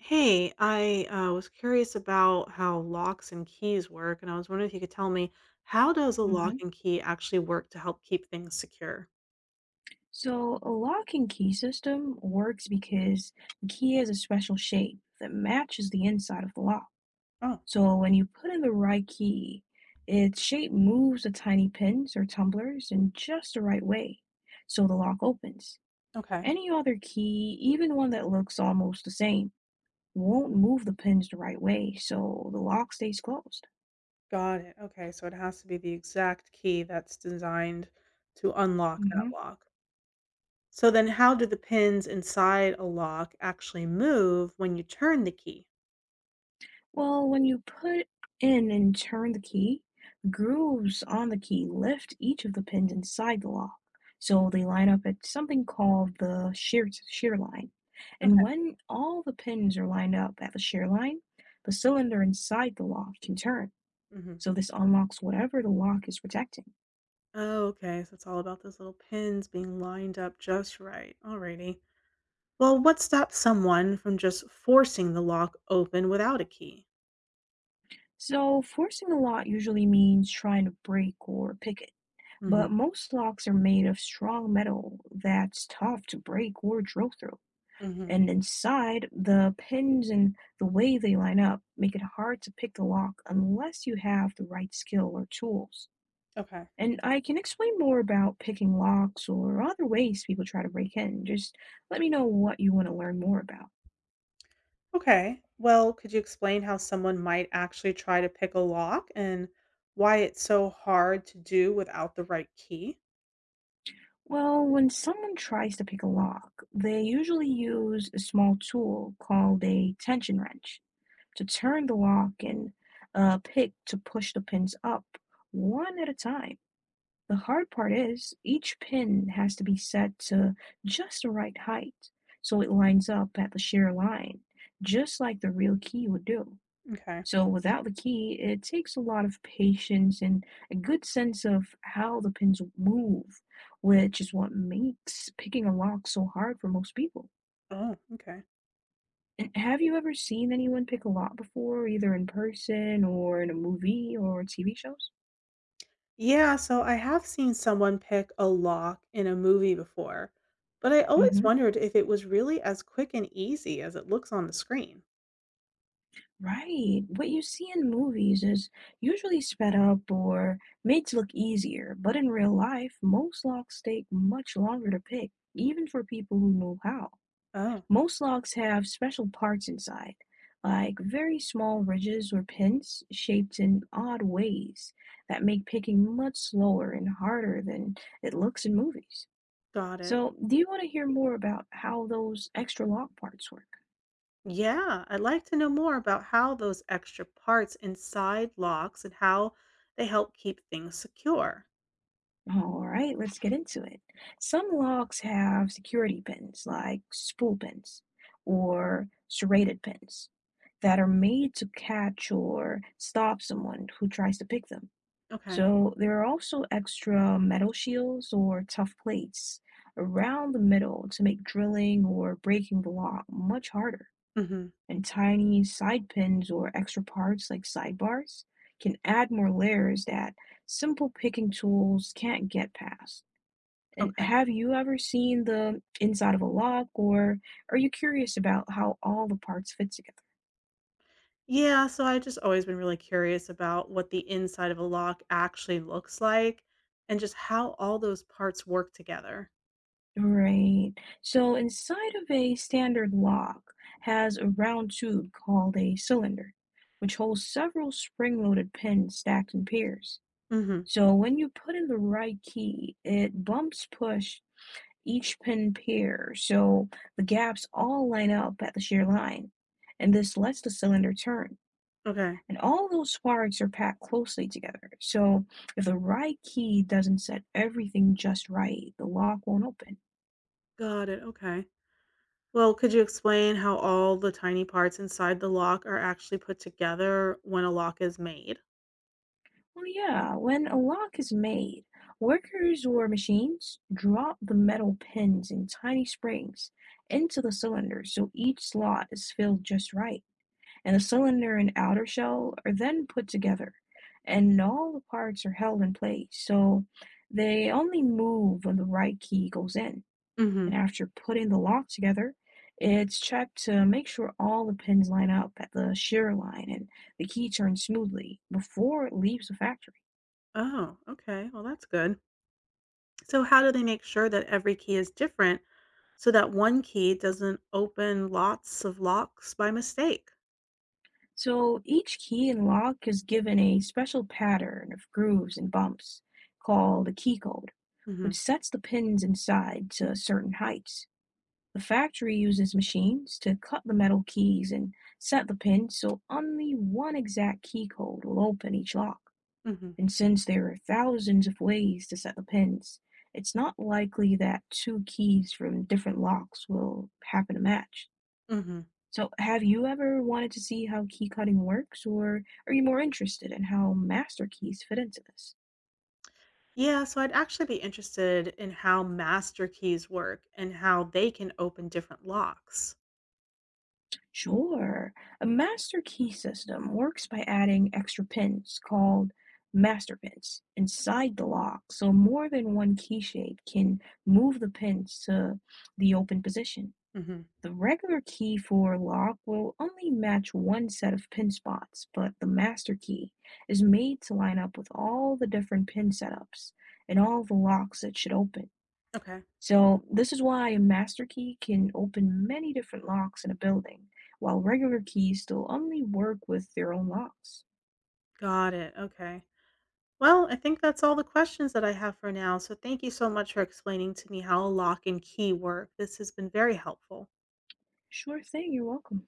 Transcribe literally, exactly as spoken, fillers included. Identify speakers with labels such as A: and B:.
A: Hey, I uh, was curious about how locks and keys work, and I was wondering if you could tell me how does a Mhm. lock
B: hmm
A: and key actually work to help keep things secure?
B: So a lock and key system works because the key has a special shape that matches the inside of the lock.
A: Oh,
B: So when you put in the right key, its shape moves the tiny pins or tumblers in just the right way, so the lock opens.
A: okay.
B: Any other key, even one that looks almost the same, won't move the pins the right way, so the lock stays closed.
A: Got it. Okay, so it has to be the exact key that's designed to unlock that
B: Mhm.
A: lock. So then how do the pins inside a lock actually move when you turn the key?
B: Well, when you put in and turn the key, grooves on the key lift each of the pins inside the lock, so they line up at something called the shear shear line. And
A: Okay.
B: when all the pins are lined up at the shear line, the cylinder inside the lock can turn,
A: Hmm.
B: so this unlocks whatever the lock is protecting.
A: Oh, okay. So it's all about those little pins being lined up just right. Alrighty. Well, what stops someone from just forcing the lock open without a key?
B: So forcing the lock usually means trying to break or pick it,
A: Hmm.
B: but most locks are made of strong metal that's tough to break or drill through.
A: Hmm.
B: And inside, the pins and the way they line up make it hard to pick the lock unless you have the right skill or tools.
A: Okay.
B: And I can explain more about picking locks or other ways people try to break in. Just let me know what you want to learn more about.
A: Okay. Well, could you explain how someone might actually try to pick a lock and why it's so hard to do without the right key?
B: Well, when someone tries to pick a lock, they usually use a small tool called a tension wrench to turn the lock, and a pick to push the pins up one at a time. The hard part is each pin has to be set to just the right height so it lines up at the shear line, just like the real key would do.
A: Okay.
B: So without the key, it takes a lot of patience and a good sense of how the pins move, which is what makes picking a lock so hard for most people.
A: Oh, okay.
B: And have you ever seen anyone pick a lock before, either in person or in a movie or T V shows?
A: Yeah, so I have seen someone pick a lock in a movie before, but I always
B: hmm
A: wondered if it was really as quick and easy as it looks on the screen.
B: Right. What you see in movies is usually sped up or made to look easier, but in real life, most locks take much longer to pick, even for people who know how.
A: Oh,
B: Most locks have special parts inside, like very small ridges or pins shaped in odd ways, that make picking much slower and harder than it looks in movies.
A: got it.
B: So, do you want to hear more about how those extra lock parts work?
A: Yeah, I'd like to know more about how those extra parts inside locks and how they help keep things secure.
B: All right, let's get into it. Some locks have security pins, like spool pins or serrated pins, that are made to catch or stop someone who tries to pick them.
A: Okay.
B: So there are also extra metal shields or tough plates around the middle to make drilling or breaking the lock much harder,
A: Hmm.
B: and tiny side pins or extra parts like sidebars can add more layers that simple picking tools can't get past. And
A: Okay.
B: have you ever seen the inside of a lock, or are you curious about how all the parts fit together?
A: Yeah, so I've just always been really curious about what the inside of a lock actually looks like and just how all those parts work together.
B: Right. So inside of a standard lock has a round tube called a cylinder, which holds several spring-loaded pins stacked in pairs.
A: Hmm.
B: So when you put in the right key, it bumps push each pin pair, so the gaps all line up at the shear line, and this lets the cylinder turn.
A: Okay.
B: And all those sparks are packed closely together, so if the right key doesn't set everything just right, the lock won't open.
A: Got it. Okay. Well, could you explain how all the tiny parts inside the lock are actually put together when a lock is made?
B: Well, yeah, when a lock is made, workers or machines drop the metal pins in tiny springs into the cylinder so each slot is filled just right. And the cylinder and outer shell are then put together, and all the parts are held in place, so they only move when the right key goes in.
A: Hmm.
B: And after putting the lock together, it's checked to make sure all the pins line up at the shear line and the key turns smoothly before it leaves the factory.
A: Oh, okay. Well, that's good. So, how do they make sure that every key is different so that one key doesn't open lots of locks by mistake?
B: So each key and lock is given a special pattern of grooves and bumps called a key code,
A: Hmm.
B: which sets the pins inside to certain heights. The factory uses machines to cut the metal keys and set the pins so only one exact key code will open each lock.
A: Hmm.
B: And since there are thousands of ways to set the pins, it's not likely that two keys from different locks will happen to match.
A: Hmm.
B: So, have you ever wanted to see how key cutting works, or are you more interested in how master keys fit into this?
A: Yeah, so I'd actually be interested in how master keys work and how they can open different locks.
B: Sure. A master key system works by adding extra pins called master pins inside the lock, so more than one key shade can move the pins to the open position.
A: Hmm.
B: The regular key for lock will only match one set of pin spots, but the master key is made to line up with all the different pin setups and all the locks it should open.
A: Okay,
B: So this is why a master key can open many different locks in a building, while regular keys still only work with their own locks.
A: got it. Okay. Well, I think that's all the questions that I have for now. So, thank you so much for explaining to me how a lock and key work. This has been very helpful.
B: Sure thing, you're welcome.